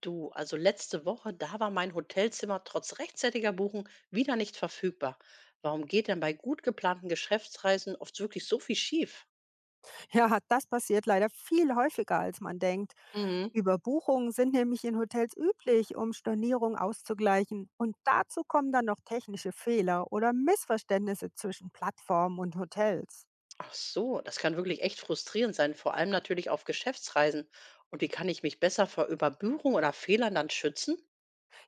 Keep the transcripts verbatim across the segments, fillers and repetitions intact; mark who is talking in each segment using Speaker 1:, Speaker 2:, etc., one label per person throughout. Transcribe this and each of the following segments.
Speaker 1: Du, also letzte Woche, da war mein Hotelzimmer trotz rechtzeitiger Buchung wieder nicht verfügbar. Warum geht denn bei gut geplanten Geschäftsreisen oft wirklich so viel schief?
Speaker 2: Ja, das passiert leider viel häufiger, als man denkt.
Speaker 1: Mhm.
Speaker 2: Überbuchungen sind nämlich in Hotels üblich, um Stornierungen auszugleichen. Und dazu kommen dann noch technische Fehler oder Missverständnisse zwischen Plattformen und Hotels.
Speaker 1: Ach so, das kann wirklich echt frustrierend sein, vor allem natürlich auf Geschäftsreisen. Und wie kann ich mich besser vor Überbuchung oder Fehlern dann schützen?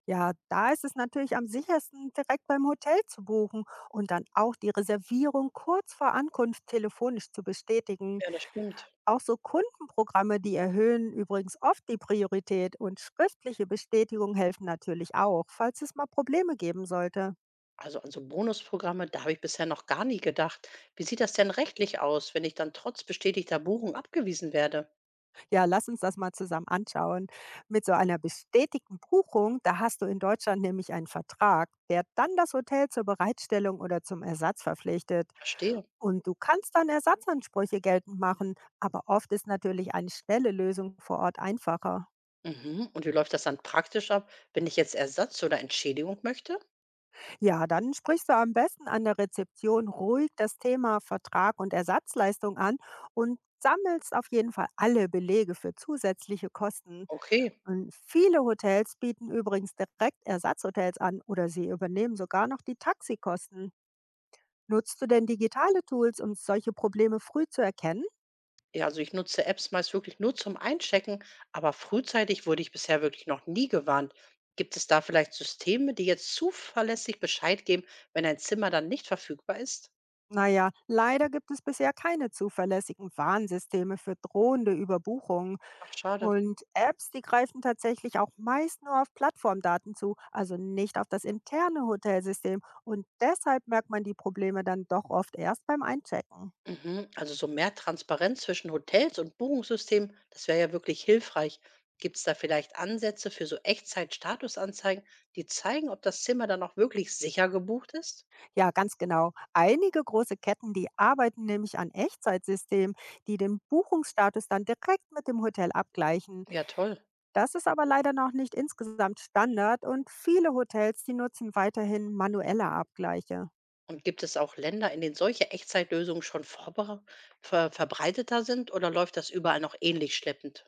Speaker 2: Ja, da ist es natürlich am sichersten, direkt beim Hotel zu buchen und dann auch die Reservierung kurz vor Ankunft telefonisch zu bestätigen.
Speaker 1: Ja, das stimmt.
Speaker 2: Auch so Kundenprogramme, die erhöhen übrigens oft die Priorität und schriftliche Bestätigung helfen natürlich auch, falls es mal Probleme geben sollte.
Speaker 1: Also an so Bonusprogramme, da habe ich bisher noch gar nie gedacht. Wie sieht das denn rechtlich aus, wenn ich dann trotz bestätigter Buchung abgewiesen werde?
Speaker 2: Ja, lass uns das mal zusammen anschauen. Mit so einer bestätigten Buchung, da hast du in Deutschland nämlich einen Vertrag, der dann das Hotel zur Bereitstellung oder zum Ersatz verpflichtet.
Speaker 1: Verstehe.
Speaker 2: Und du kannst dann Ersatzansprüche geltend machen, aber oft ist natürlich eine schnelle Lösung vor Ort einfacher.
Speaker 1: Mhm. Und wie läuft das dann praktisch ab, wenn ich jetzt Ersatz oder Entschädigung möchte?
Speaker 2: Ja, dann sprichst du am besten an der Rezeption ruhig das Thema Vertrag und Ersatzleistung an und sammelst auf jeden Fall alle Belege für zusätzliche Kosten.
Speaker 1: Okay.
Speaker 2: Und viele Hotels bieten übrigens direkt Ersatzhotels an oder sie übernehmen sogar noch die Taxikosten. Nutzt du denn digitale Tools, um solche Probleme früh zu erkennen?
Speaker 1: Ja, also ich nutze Apps meist wirklich nur zum Einchecken, aber frühzeitig wurde ich bisher wirklich noch nie gewarnt. Gibt es da vielleicht Systeme, die jetzt zuverlässig Bescheid geben, wenn ein Zimmer dann nicht verfügbar ist?
Speaker 2: Naja, leider gibt es bisher keine zuverlässigen Warnsysteme für drohende Überbuchungen.
Speaker 1: Ach, schade.
Speaker 2: Und Apps, die greifen tatsächlich auch meist nur auf Plattformdaten zu, also nicht auf das interne Hotelsystem. Und deshalb merkt man die Probleme dann doch oft erst beim Einchecken.
Speaker 1: Mhm. Also so mehr Transparenz zwischen Hotels und Buchungssystemen, das wäre ja wirklich hilfreich. Gibt es da vielleicht Ansätze für so Echtzeit-Statusanzeigen, die zeigen, ob das Zimmer dann auch wirklich sicher gebucht ist?
Speaker 2: Ja, ganz genau. Einige große Ketten, die arbeiten nämlich an Echtzeitsystemen, die den Buchungsstatus dann direkt mit dem Hotel abgleichen.
Speaker 1: Ja, toll.
Speaker 2: Das ist aber leider noch nicht insgesamt Standard und viele Hotels, die nutzen weiterhin manuelle Abgleiche.
Speaker 1: Und gibt es auch Länder, in denen solche Echtzeitlösungen schon vorbere ver verbreiteter sind oder läuft das überall noch ähnlich schleppend?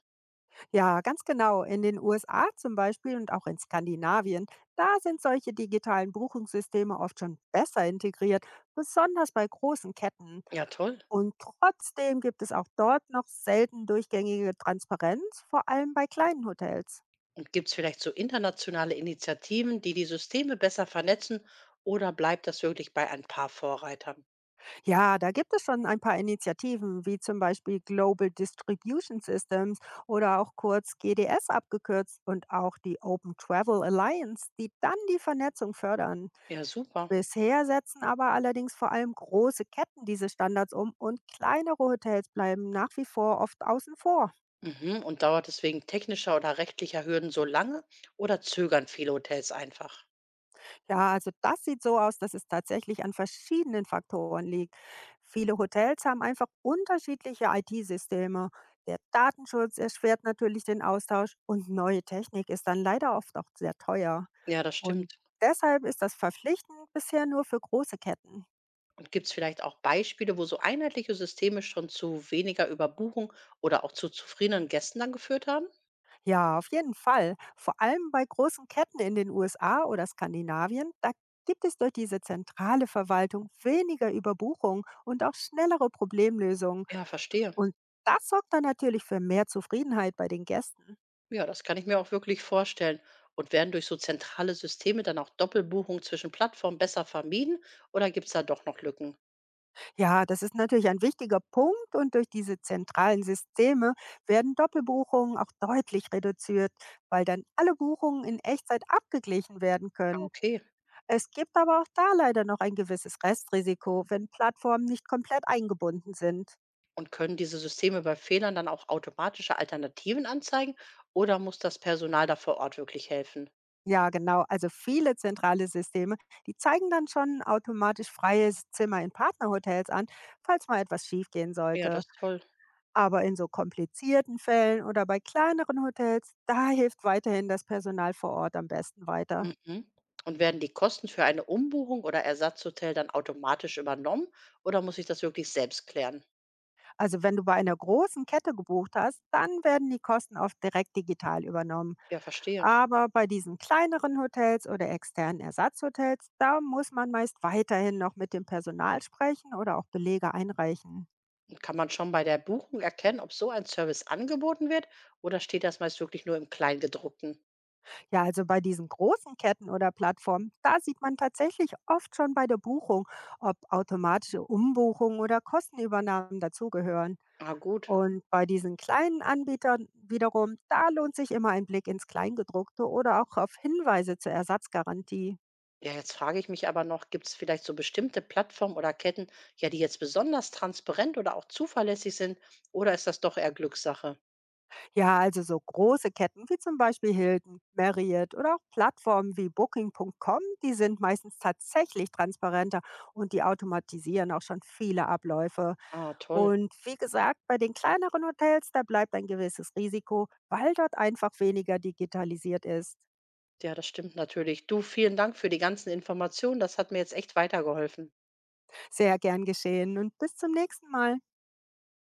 Speaker 2: Ja, ganz genau. In den U S A zum Beispiel und auch in Skandinavien, da sind solche digitalen Buchungssysteme oft schon besser integriert, besonders bei großen Ketten.
Speaker 1: Ja, toll.
Speaker 2: Und trotzdem gibt es auch dort noch selten durchgängige Transparenz, vor allem bei kleinen Hotels.
Speaker 1: Und gibt es vielleicht so internationale Initiativen, die die Systeme besser vernetzen oder bleibt das wirklich bei ein paar Vorreitern?
Speaker 2: Ja, da gibt es schon ein paar Initiativen, wie zum Beispiel Global Distribution Systems oder auch kurz G D S abgekürzt und auch die Open Travel Alliance, die dann die Vernetzung fördern.
Speaker 1: Ja, super.
Speaker 2: Bisher setzen aber allerdings vor allem große Ketten diese Standards um und kleinere Hotels bleiben nach wie vor oft außen vor.
Speaker 1: Mhm. Und dauert es wegen technischer oder rechtlicher Hürden so lange oder zögern viele Hotels einfach?
Speaker 2: Ja, also das sieht so aus, dass es tatsächlich an verschiedenen Faktoren liegt. Viele Hotels haben einfach unterschiedliche I T-Systeme. Der Datenschutz erschwert natürlich den Austausch und neue Technik ist dann leider oft auch sehr teuer.
Speaker 1: Ja, das
Speaker 2: Und
Speaker 1: stimmt.
Speaker 2: deshalb ist das verpflichtend bisher nur für große Ketten.
Speaker 1: Und gibt es vielleicht auch Beispiele, wo so einheitliche Systeme schon zu weniger Überbuchung oder auch zu zufriedenen Gästen dann geführt haben?
Speaker 2: Ja, auf jeden Fall. Vor allem bei großen Ketten in den U S A oder Skandinavien, da gibt es durch diese zentrale Verwaltung weniger Überbuchung und auch schnellere Problemlösungen.
Speaker 1: Ja, verstehe.
Speaker 2: Und das sorgt dann natürlich für mehr Zufriedenheit bei den Gästen.
Speaker 1: Ja, das kann ich mir auch wirklich vorstellen. Und werden durch so zentrale Systeme dann auch Doppelbuchungen zwischen Plattformen besser vermieden oder gibt es da doch noch Lücken?
Speaker 2: Ja, das ist natürlich ein wichtiger Punkt und durch diese zentralen Systeme werden Doppelbuchungen auch deutlich reduziert, weil dann alle Buchungen in Echtzeit abgeglichen werden
Speaker 1: Ah,
Speaker 2: können.
Speaker 1: okay.
Speaker 2: Es gibt aber auch da leider noch ein gewisses Restrisiko, wenn Plattformen nicht komplett eingebunden sind.
Speaker 1: Und können diese Systeme bei Fehlern dann auch automatische Alternativen anzeigen oder muss das Personal da vor Ort wirklich helfen?
Speaker 2: Ja, genau. Also viele zentrale Systeme, die zeigen dann schon automatisch freie Zimmer in Partnerhotels an, falls mal etwas schiefgehen
Speaker 1: Ja,
Speaker 2: sollte.
Speaker 1: das ist toll.
Speaker 2: Aber in so komplizierten Fällen oder bei kleineren Hotels, da hilft weiterhin das Personal vor Ort am besten weiter.
Speaker 1: Mhm. Und werden die Kosten für eine Umbuchung oder Ersatzhotel dann automatisch übernommen oder muss ich das wirklich selbst klären?
Speaker 2: Also wenn du bei einer großen Kette gebucht hast, dann werden die Kosten oft direkt digital übernommen.
Speaker 1: Ja, verstehe.
Speaker 2: Aber bei diesen kleineren Hotels oder externen Ersatzhotels, da muss man meist weiterhin noch mit dem Personal sprechen oder auch Belege einreichen.
Speaker 1: Kann man schon bei der Buchung erkennen, ob so ein Service angeboten wird oder steht das meist wirklich nur im Kleingedruckten?
Speaker 2: Ja, also bei diesen großen Ketten oder Plattformen, da sieht man tatsächlich oft schon bei der Buchung, ob automatische Umbuchungen oder Kostenübernahmen dazugehören.
Speaker 1: Ah, gut.
Speaker 2: Und bei diesen kleinen Anbietern wiederum, da lohnt sich immer ein Blick ins Kleingedruckte oder auch auf Hinweise zur Ersatzgarantie.
Speaker 1: Ja, jetzt frage ich mich aber noch, gibt es vielleicht so bestimmte Plattformen oder Ketten, ja, die jetzt besonders transparent oder auch zuverlässig sind, oder ist das doch eher Glückssache?
Speaker 2: Ja, also so große Ketten wie zum Beispiel Hilton, Marriott oder auch Plattformen wie booking Punkt com, die sind meistens tatsächlich transparenter und die automatisieren auch schon viele Abläufe.
Speaker 1: Ah, toll.
Speaker 2: Und wie gesagt, bei den kleineren Hotels, da bleibt ein gewisses Risiko, weil dort einfach weniger digitalisiert ist.
Speaker 1: Ja, das stimmt natürlich. Du, vielen Dank für die ganzen Informationen. Das hat mir jetzt echt weitergeholfen.
Speaker 2: Sehr gern geschehen und bis zum nächsten Mal.